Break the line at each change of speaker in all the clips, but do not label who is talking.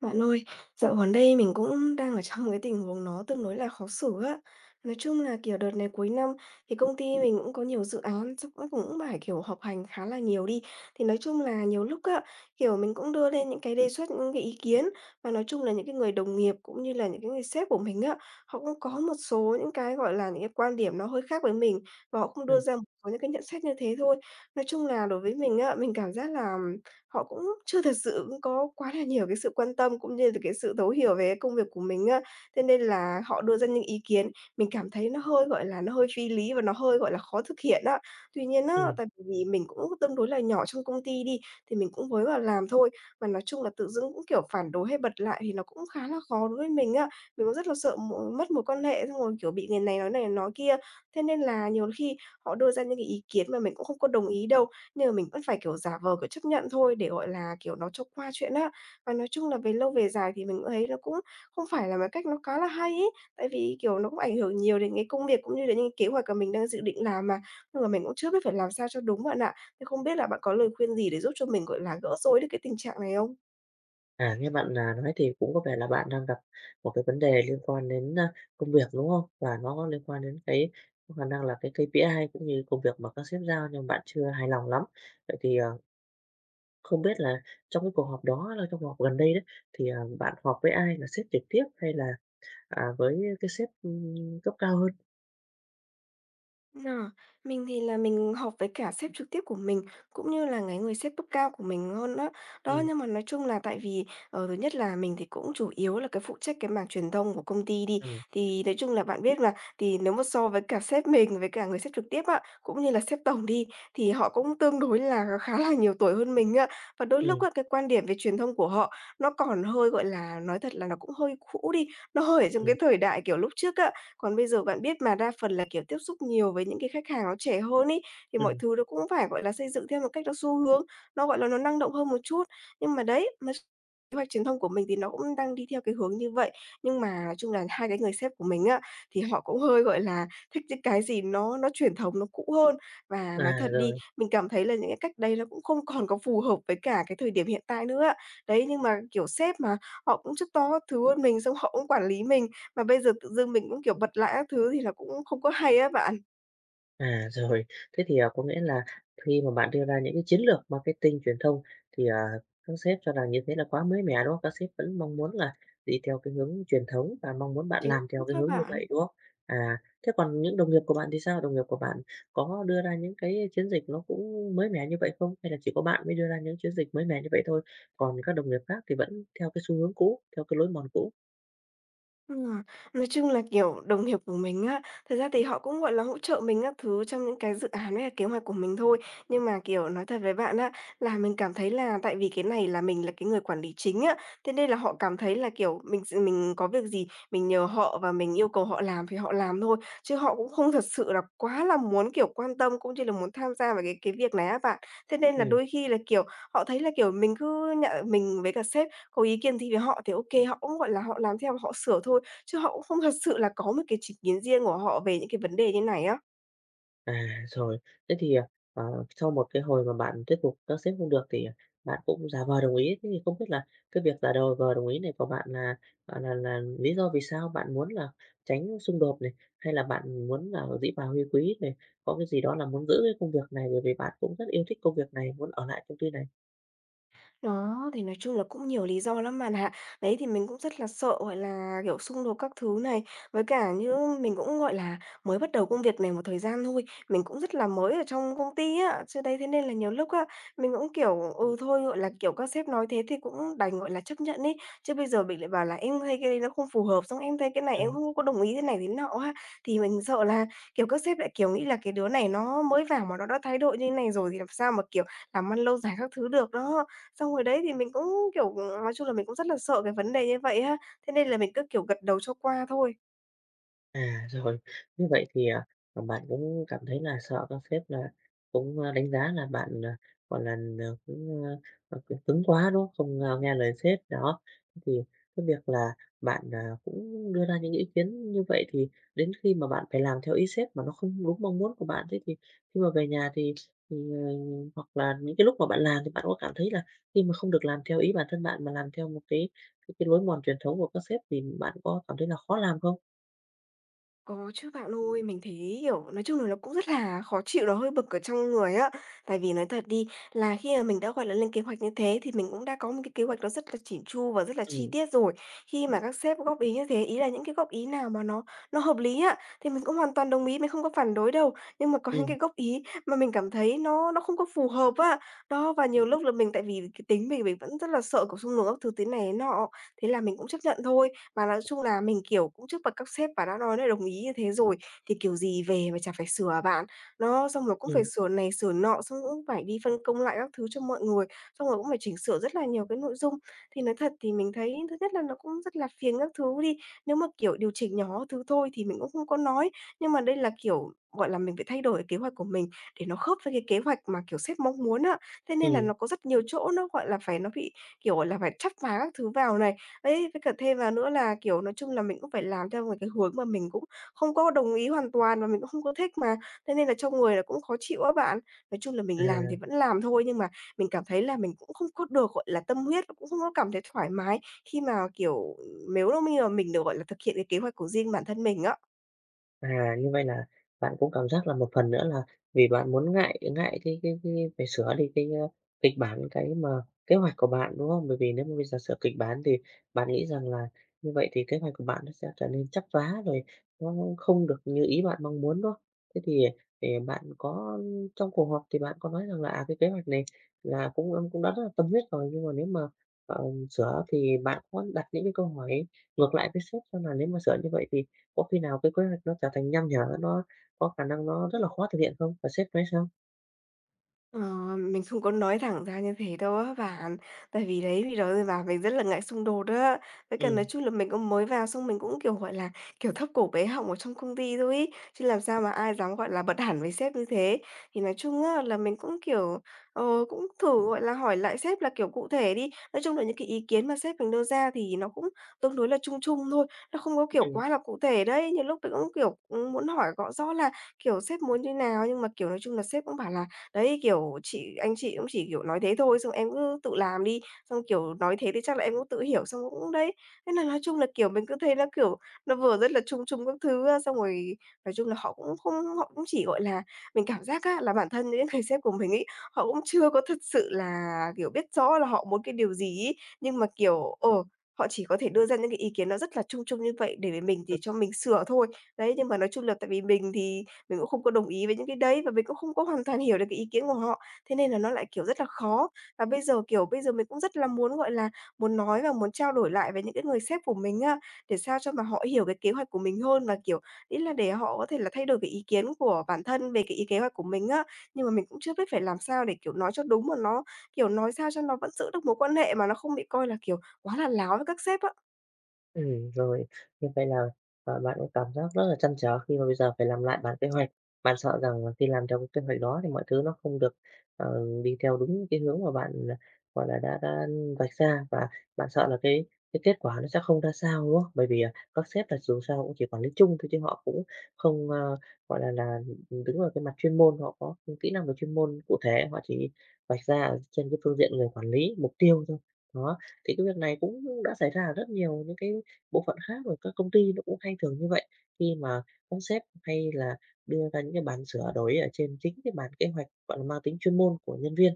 Bạn ơi, dạo gần đây mình cũng đang ở trong cái tình huống nó tương đối là khó xử á. Nói chung là, kiểu, đợt này cuối năm thì công ty mình cũng có nhiều dự án, xong cũng cũng phải, kiểu, họp hành khá là nhiều đi. Thì nói chung là nhiều lúc á, kiểu, mình cũng đưa lên những cái đề xuất, những cái ý kiến và nói chung là những cái người đồng nghiệp cũng như là những cái người sếp của mình á, họ cũng có một số những cái, gọi là, những cái quan điểm nó hơi khác với mình và họ cũng đưa
Ừm,
ra một số những cái nhận xét như thế thôi. Nói chung là đối với mình á, mình cảm giác là họ cũng chưa thật sự có quá là nhiều cái sự quan tâm, cũng như là cái sự thấu hiểu về công việc của mình á. Thế nên là họ đưa ra những ý kiến mình cảm thấy nó hơi, gọi là, nó hơi phi lý và nó hơi, gọi là, khó thực hiện á. Tuy nhiên á,
ừm.
tại vì mình cũng tương đối là nhỏ trong công ty đi, thì mình cũng mới vào làm thôi, mà nói chung là tự dưng cũng, kiểu, phản đối hay bật lại thì nó cũng khá là khó đối với mình á. Mình cũng rất là sợ mất mối quan hệ, xong rồi, kiểu, bị người này nói kia. Thế nên là nhiều khi họ đưa ra những cái ý kiến mà mình cũng không có đồng ý đâu nhưng mà mình vẫn phải, kiểu, giả vờ, kiểu, chấp nhận thôi để, gọi là, kiểu, nó cho qua chuyện á. Và nói chung là về lâu về dài thì mình cũng thấy nó cũng không phải là một cách nó khá là hay ấy, tại vì, kiểu, nó cũng ảnh hưởng nhiều đến cái công việc cũng như đến những cái kế hoạch mà mình đang dự định làm mà, nhưng mà mình cũng chưa biết phải làm sao cho đúng bạn ạ. Thế không biết là bạn có lời khuyên gì để giúp cho mình, gọi là, gỡ rối được cái tình trạng này không?
À, nghe bạn, à, nói thì cũng có vẻ là bạn đang gặp một cái vấn đề liên quan đến, a, công việc, đúng không? Và nó có liên quan đến cái có khả năng là cái KPI cũng như công việc mà các sếp giao nhưng bạn chưa hài lòng lắm. Vậy thì, ờ, không biết là trong cái cuộc họp đó là trong cuộc họp gần đây đấy, thì, à, bạn họp với ai? Là sếp trực tiếp hay là, à, với cái sếp, ưm, cấp cao hơn?
Ờ, mình thì là mình họp với cả sếp trực tiếp của mình, cũng như là cái người sếp cấp cao của mình hơn đó. Đó,
Ừm,
nhưng mà nói chung là tại vì, ờ, thứ nhất là mình thì cũng chủ yếu là cái phụ trách cái mảng truyền thông của công ty đi,
ừm,
thì nói chung là bạn biết mà, thì nếu mà so với cả sếp mình với cả người sếp trực tiếp á, cũng như là sếp tổng đi, thì họ cũng tương đối là khá là nhiều tuổi hơn mình á. Và đôi lúc
ừm,
á, cái quan điểm về truyền thông của họ nó còn hơi, gọi là, nói thật là nó cũng hơi cũ đi, nó hơi ở trong cái
ừm,
thời đại, kiểu, lúc trước á. Còn bây giờ bạn biết mà đa phần là, kiểu, tiếp xúc nhiều với những cái khách hàng nó trẻ hơn ấy, thì mọi
ừm.
thứ nó cũng phải, gọi là, xây dựng theo một cách nó xu hướng, nó, gọi là, nó năng động hơn một chút. Nhưng mà đấy, mà kế hoạch truyền thông của mình thì nó cũng đang đi theo cái hướng như vậy. Nhưng mà nói chung là hai cái người sếp của mình á, thì họ cũng hơi, gọi là, thích những cái gì nó truyền thống, nó cũ hơn. Và
À,
nói thật đi,
rồi.
mình cảm thấy là những cái cách đấy nó cũng không còn có phù hợp với cả cái thời điểm hiện tại nữa. Đấy, nhưng mà, kiểu, sếp mà, họ cũng chức to các thứ hơn mình, xong họ cũng quản lý mình. Mà bây giờ tự dưng mình cũng, kiểu, bật lại các thứ thì là cũng không có hay á bạn.
À, rồi. Thế thì, à, có nghĩa là khi mà bạn đưa ra những cái chiến lược marketing truyền thông thì, à, các sếp cho rằng như thế là quá mới mẻ, đúng không? Các sếp vẫn mong muốn là đi theo cái hướng truyền thống và mong muốn bạn
Chính
làm theo
xác
cái
á
hướng như
bạn.
vậy, đúng không? À, thế còn những đồng nghiệp của bạn thì sao? Đồng nghiệp của bạn có đưa ra những cái chiến dịch nó cũng mới mẻ như vậy không? Hay là chỉ có bạn mới đưa ra những chiến dịch mới mẻ như vậy thôi, còn các đồng nghiệp khác thì vẫn theo cái xu hướng cũ, theo cái lối mòn cũ?
Ừm, à, nói chung là, kiểu, đồng nghiệp của mình á, thật ra thì họ cũng, gọi là, hỗ trợ mình các thứ trong những cái dự án hay là kế hoạch của mình thôi. Nhưng mà, kiểu, nói thật với bạn á, là mình cảm thấy là tại vì cái này là mình là cái người quản lý chính á, thế nên là họ cảm thấy là, kiểu, mình mình có việc gì mình nhờ họ và mình yêu cầu họ làm thì họ làm thôi, chứ họ cũng không thật sự là quá là muốn, kiểu, quan tâm cũng như là muốn tham gia vào cái việc này á bạn. Thế nên là
Ừ.
đôi khi là, kiểu, họ thấy là, kiểu, mình cứ nhận mình với cả sếp có ý kiến gì với họ thì ok họ cũng, gọi là, họ làm theo, họ sửa thôi chứ họ cũng không thật sự là có một cái chính kiến riêng của họ về những cái vấn đề như này á.
À, rồi. Thế thì, à, ờ, sau một cái hồi mà bạn thuyết phục các sếp không được thì bạn cũng giả vờ đồng ý. Thế thì không biết là cái việc giả đầu vờ đồng ý này của bạn là, à, là lý do vì sao? Bạn muốn là tránh xung đột này, hay là bạn muốn là dĩ bà huy quý này, có cái gì đó là muốn giữ cái công việc này bởi vì bạn cũng rất yêu thích công việc này, muốn ở lại công ty này?
Đó, thì nói chung là cũng nhiều lý do lắm bạn ạ. Đấy, thì mình cũng rất là sợ, gọi là, kiểu, xung đột các thứ này, với cả như mình cũng, gọi là, mới bắt đầu công việc này một thời gian thôi, mình cũng rất là mới ở trong công ty á. Chứ đấy, thế nên là nhiều lúc á, mình cũng, kiểu, ừ, thôi, gọi là, kiểu, các sếp nói thế thì cũng đành, gọi là, chấp nhận ấy. Chứ bây giờ mình lại bảo là "Em thấy cái đấy nó không phù hợp", xong "Em thấy cái này em
Ừm.
không có đồng ý thế này thế nọ" á, thì mình sợ là, kiểu, các sếp lại, kiểu, nghĩ là cái đứa này nó mới vào mà nó đã thái độ như thế này rồi thì làm sao mà, kiểu, làm ăn lâu dài các thứ được đó. Xong rồi đấy thì mình cũng, kiểu, nói chung là mình cũng rất là sợ cái vấn đề như vậy ha, thế nên là mình cứ, kiểu, gật đầu cho qua thôi.
À, rồi. Như vậy thì, à, à, bạn cũng cảm thấy là sợ các sếp là cũng, a, đánh giá là bạn, à, gọi là, ờ, cũng, ơ, ờ, cứng quá, đúng không? Không, a, nghe lời sếp, đó. Thì cái việc là bạn, à, cũng đưa ra những ý kiến như vậy thì đến khi mà bạn phải làm theo ý sếp mà nó không đúng mong muốn của bạn, thế thì khi mà về nhà thì, ờ, hoặc là những cái lúc mà bạn làm thì bạn có cảm thấy là khi mà không được làm theo ý bản thân bạn mà làm theo một cái cái lối mòn truyền thống của các sếp thì bạn có cảm thấy là khó làm không?
Có chứ bạn ơi, mình thấy, kiểu, nói chung là nó cũng rất là khó chịu, nó hơi bực ở trong người á. Tại vì nói thật đi, là khi mà mình đã, gọi là, lên kế hoạch như thế thì mình cũng đã có một cái kế hoạch nó rất là chỉn chu và rất là chi
Ừm.
tiết rồi. Khi mà các sếp góp ý như thế, ý là những cái góp ý nào mà nó hợp lý á, thì mình cũng hoàn toàn đồng ý, mình không có phản đối đâu. Nhưng mà có những
Ừ,
cái góp ý mà mình cảm thấy nó không có phù hợp á. Đó, và nhiều lúc là mình tại vì cái tính mình vẫn rất là sợ, kiểu, xung đột các thứ thế này thế nọ, thế là mình cũng chấp nhận thôi. Và nói chung là mình, kiểu, cũng trước mặt các sếp và đã nói là đồng ý như thế rồi, thì kiểu gì về mà chả phải sửa hả bạn? Nó xong rồi cũng phải
ừ,
sửa này sửa nọ, xong cũng phải đi phân công lại các thứ cho mọi người, xong rồi cũng phải chỉnh sửa rất là nhiều cái nội dung. Thì nói thật thì mình thấy thứ nhất là nó cũng rất là phiền các thứ đi, nếu mà, kiểu, điều chỉnh nhỏ thứ thôi thì mình cũng không có nói, nhưng mà đây là, kiểu, gọi là, mình phải thay đổi cái kế hoạch của mình để nó khớp với cái kế hoạch mà, kiểu, sếp mong muốn ạ. Thế nên là
ừ,
nó có rất nhiều chỗ nó, gọi là, phải nó bị, kiểu, gọi là, phải chắp vá các thứ vào này. Đấy, với cả thêm vào nữa là, kiểu, nói chung là mình cũng phải làm theo một cái hướng mà mình cũng không có đồng ý hoàn toàn và mình cũng không có thích mà, thế nên là trong người là cũng khó chịu á bạn. Nói chung là
à.
mình làm thì vẫn làm thôi, nhưng mà mình cảm thấy là mình cũng không có được, gọi là, tâm huyết và cũng không có cảm thấy thoải mái khi mà, kiểu, nếu như mà mình được, gọi là, thực hiện cái kế hoạch của riêng bản thân mình á.
À, như vậy là bạn cũng cảm giác là một phần nữa là vì bạn muốn ngại ngại cái cái phải sửa đi cái, ơ, kịch bản, cái mà kế hoạch của bạn, đúng không? Bởi vì nếu mà bây giờ sửa kịch bản thì bạn nghĩ rằng là như vậy thì kế hoạch của bạn nó sẽ trở nên trắp vá rồi nó không được như ý bạn mong muốn, đúng không? Thế thì, ờ, bạn có trong cuộc họp thì bạn có nói rằng là, à, cái kế hoạch này là cũng em cũng đã rất là tâm huyết rồi, nhưng mà nếu mà, ờ, sửa thì bạn có đặt những cái câu hỏi ngược lại với sếp xem là nếu mà sửa như vậy thì có khi nào cái kế hoạch nó trở thành nham nhở, nó có khả năng nó rất là khó thực hiện không? Và sếp nói sao?
Ờ, mình không có nói thẳng ra như thế đâu á bạn. Tại vì đấy, vì đó giờ bà mình rất là ngại xung đột á. Với cả nói
Ừm,
chung là mình cũng mới vào xong mình cũng, kiểu, gọi là, kiểu, thấp cổ bé họng ở trong công ty thôi ấy, chứ làm sao mà ai dám, gọi là, bật hẳn với sếp như thế. Thì nói chung á là mình cũng, kiểu, cũng thử, gọi là, hỏi lại sếp là, kiểu, cụ thể đi. Nói chung là những cái ý kiến mà sếp mình đưa ra thì nó cũng tương đối là chung chung thôi, nó không có, kiểu,
ừm.
quá là cụ thể đấy. Nhiều lúc mình cũng, kiểu, muốn hỏi rõ rõ là, kiểu, sếp muốn như nào nhưng mà, kiểu, nói chung là sếp cũng bảo là đấy, kiểu, chị anh chị cũng chỉ, kiểu, nói thế thôi, xong "Em cứ tự làm đi." Xong, kiểu, nói thế thì chắc là em cũng tự hiểu, xong cũng đấy. Nên là nói chung là, kiểu, mình cứ thấy nó, kiểu, nó vừa rất là chung chung các thứ á, xong rồi nói chung là họ cũng không họ cũng chỉ, gọi là mình cảm giác á là bản thân những người sếp của mình ấy, họ cũng chưa có thật sự là, kiểu, biết rõ là họ muốn cái điều gì ấy, nhưng mà, kiểu, họ chỉ có thể đưa ra những cái ý kiến nó rất là chung chung như vậy để mình thì cho mình sửa thôi. Đấy, nhưng mà nói chung là tại vì mình thì mình cũng không có đồng ý với những cái đấy và mình cũng không có hoàn toàn hiểu được cái ý kiến của họ. Thế nên là nó lại, kiểu, rất là khó. Và bây giờ mình cũng rất là muốn, gọi là, muốn nói và muốn trao đổi lại với những cái người sếp của mình á, để sao cho mà họ hiểu cái kế hoạch của mình hơn và, kiểu, ý là để họ có thể là thay đổi cái ý kiến của bản thân về cái ý kế hoạch của mình á. Nhưng mà mình cũng chưa biết phải làm sao để, kiểu, nói cho đúng mà nó, kiểu, nói sao cho nó vẫn giữ được mối quan hệ mà nó không bị coi là, kiểu, quá là láo với các sếp á.
Ừ, rồi. Như vậy là, ờ, bạn cũng cảm giác rất là trăn trở khi mà bây giờ phải làm lại bản kế hoạch. Bạn sợ rằng là khi làm theo cái kế hoạch đó thì mọi thứ nó không được, ờ, đi theo đúng cái hướng mà bạn, à, gọi là, đã vạch ra và bạn sợ là cái kết quả nó sẽ không ra sao, đúng không? Bởi vì, à, các sếp là dù sao cũng chỉ quản lý chung thôi chứ họ cũng không, ơ, gọi là, đứng ở cái mặt chuyên môn, họ có kỹ năng về chuyên môn cụ thể, họ chỉ vạch ra ở trên cái phương diện người quản lý, mục tiêu thôi. Đó, thì cái việc này cũng đã xảy ra ở rất nhiều những cái bộ phận khác rồi các công ty nó cũng hay thường như vậy, khi mà các sếp hay là đưa ra những cái bản sửa đổi ở trên chính cái bản kế hoạch, gọi là, mang tính chuyên môn của nhân viên.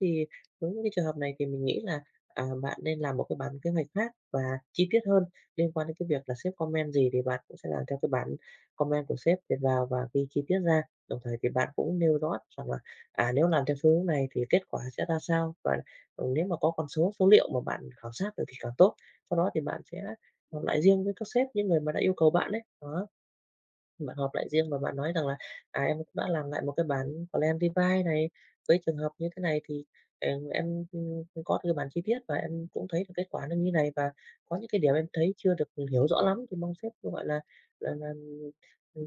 Thì với những cái trường hợp này thì mình nghĩ là, à, bạn nên làm một cái bản kế hoạch khác và chi tiết hơn liên quan đến cái việc là sếp comment gì thì bạn cũng sẽ làm theo cái bản comment của sếp để vào và ghi chi tiết ra. Đồng thời thì bạn cũng nêu rõ rằng là, à, nếu làm theo phương hướng này thì kết quả sẽ ra sao và, ừ, nếu mà có con số, số liệu mà bạn khảo sát được thì càng tốt. Sau đó thì bạn sẽ ở lại riêng với các sếp, những người mà đã yêu cầu bạn ấy. Đó, bạn họp lại riêng và bạn nói rằng là, à, "Em cũng đã làm lại một cái bản plan revise này, với trường hợp như thế này thì, ờ, em, có cái bản chi tiết và em cũng thấy được kết quả nó như này và có những cái điểm em thấy chưa được hiểu rõ lắm thì mong sếp, gọi là là,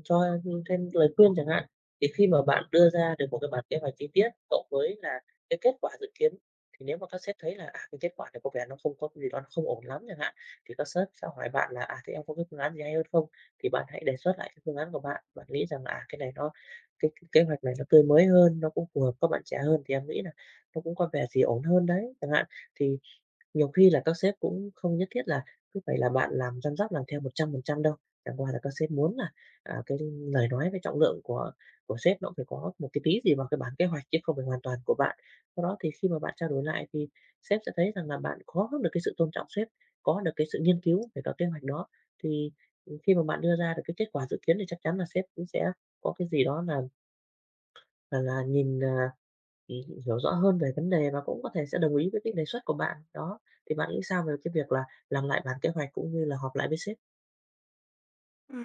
cho thêm lời khuyên" chẳng hạn. Thì khi mà bạn đưa ra được một cái bản kế hoạch chi tiết cộng với là cái kết quả dự kiến, thì nếu mà các sếp thấy là, à, cái kết quả này có vẻ nó không có cái gì đó nó không ổn lắm chẳng hạn, thì các sếp sẽ hỏi bạn là "À, thế em có cái phương án gì hay hơn không?" Thì bạn hãy đề xuất lại cái phương án của bạn. Bạn nghĩ rằng, là à, cái này nó cái kế hoạch này nó tươi mới hơn, nó cũng phù hợp các bạn trẻ hơn thì em nghĩ là nó cũng có vẻ gì ổn hơn đấy, chẳng hạn. Thì nhiều khi là các sếp cũng không nhất thiết là cứ phải là bạn làm răm rắp làm theo 100% đâu, chẳng qua là các sếp muốn là, à, cái lời nói với trọng lượng của sếp nó cũng phải có một cái tí gì vào cái bản kế hoạch chứ không phải hoàn toàn của bạn. Do đó thì khi mà bạn trao đổi lại thì sếp sẽ thấy rằng là bạn có được cái sự tôn trọng sếp, có được cái sự nghiên cứu về các kế hoạch đó, thì, khi mà bạn đưa ra được cái kết quả dự kiến thì chắc chắn là sếp cũng sẽ có cái gì đó là là nhìn, à thì hiểu rõ hơn về vấn đề và cũng có thể sẽ đồng ý với cái đề xuất của bạn. Đó, thì bạn nghĩ sao về cái việc là làm lại bản kế hoạch cũng như là họp lại với sếp?
Ừm.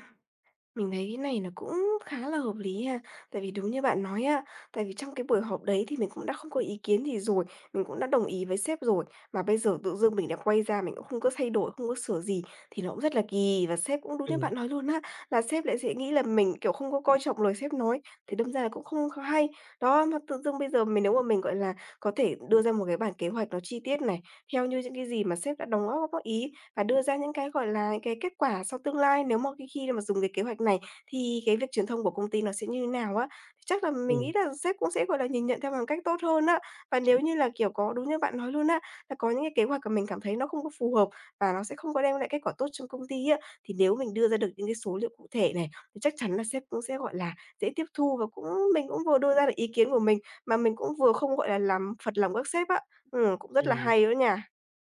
Mình thấy cái này nó cũng khá là hợp lý ha. Tại vì đúng như bạn nói á, tại vì trong cái buổi họp đấy thì mình cũng đã không có ý kiến gì rồi, mình cũng đã đồng ý với sếp rồi, mà bây giờ tự dưng mình đã quay ra mình cũng không có thay đổi, không có sửa gì thì nó cũng rất là kỳ. Và sếp cũng đúng như
Ừm,
bạn nói luôn á, là sếp lại sẽ nghĩ là mình, kiểu, không có coi trọng lời sếp nói, thì đâm ra là cũng không có hay. Đó, mà tự dưng bây giờ mình nếu mà mình, gọi là, có thể đưa ra một cái bản kế hoạch nó chi tiết này, theo như những cái gì mà sếp đã đóng góp góp ý và đưa ra những cái, gọi là, những cái kết quả sau tương lai nếu mà cái khi mà dùng cái kế hoạch này thì cái việc truyền thông của công ty nó sẽ như nào á. Chắc là mình nghĩ
ừm,
là sếp cũng sẽ, gọi là, nhìn nhận theo bằng cách tốt hơn á. Và nếu như là, kiểu, có đúng như bạn nói luôn á, là có những cái kế hoạch mà mình cảm thấy nó không có phù hợp và nó sẽ không có đem lại kết quả tốt trong công ty á, thì nếu mình đưa ra được những cái số liệu cụ thể này, thì chắc chắn là sếp cũng sẽ, gọi là, dễ tiếp thu và cũng mình cũng vừa đưa ra được ý kiến của mình, mà mình cũng vừa không, gọi là, làm phật lòng các sếp á. Cũng rất là
ừm.
hay đó nha.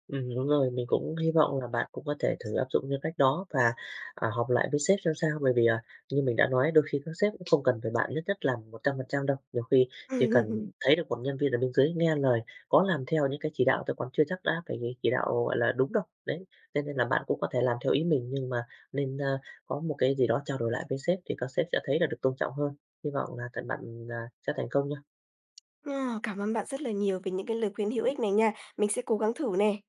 Đúng rồi, mình cũng hy vọng là bạn cũng có thể thử áp dụng những cách đó và, à, họp lại với sếp xem sao. Bởi vì, à, như mình đã nói, đôi khi các sếp cũng không cần phải bạn nhất nhất làm 100% đâu. Nhiều khi chỉ cần thấy được một nhân viên ở bên dưới nghe lời, có làm theo những cái chỉ đạo thì còn chưa chắc đã phải chỉ đạo, gọi là, đúng đâu. Đấy, cho nên là bạn cũng có thể làm theo ý mình nhưng mà nên, a, có một cái gì đó trao đổi lại với sếp thì các sếp sẽ thấy là được tôn trọng hơn. Hy vọng là bạn, à, sẽ thành công nhé.
Ờ, cảm ơn bạn rất là nhiều về những cái lời khuyên hữu ích này nha. Mình sẽ cố gắng thử nè.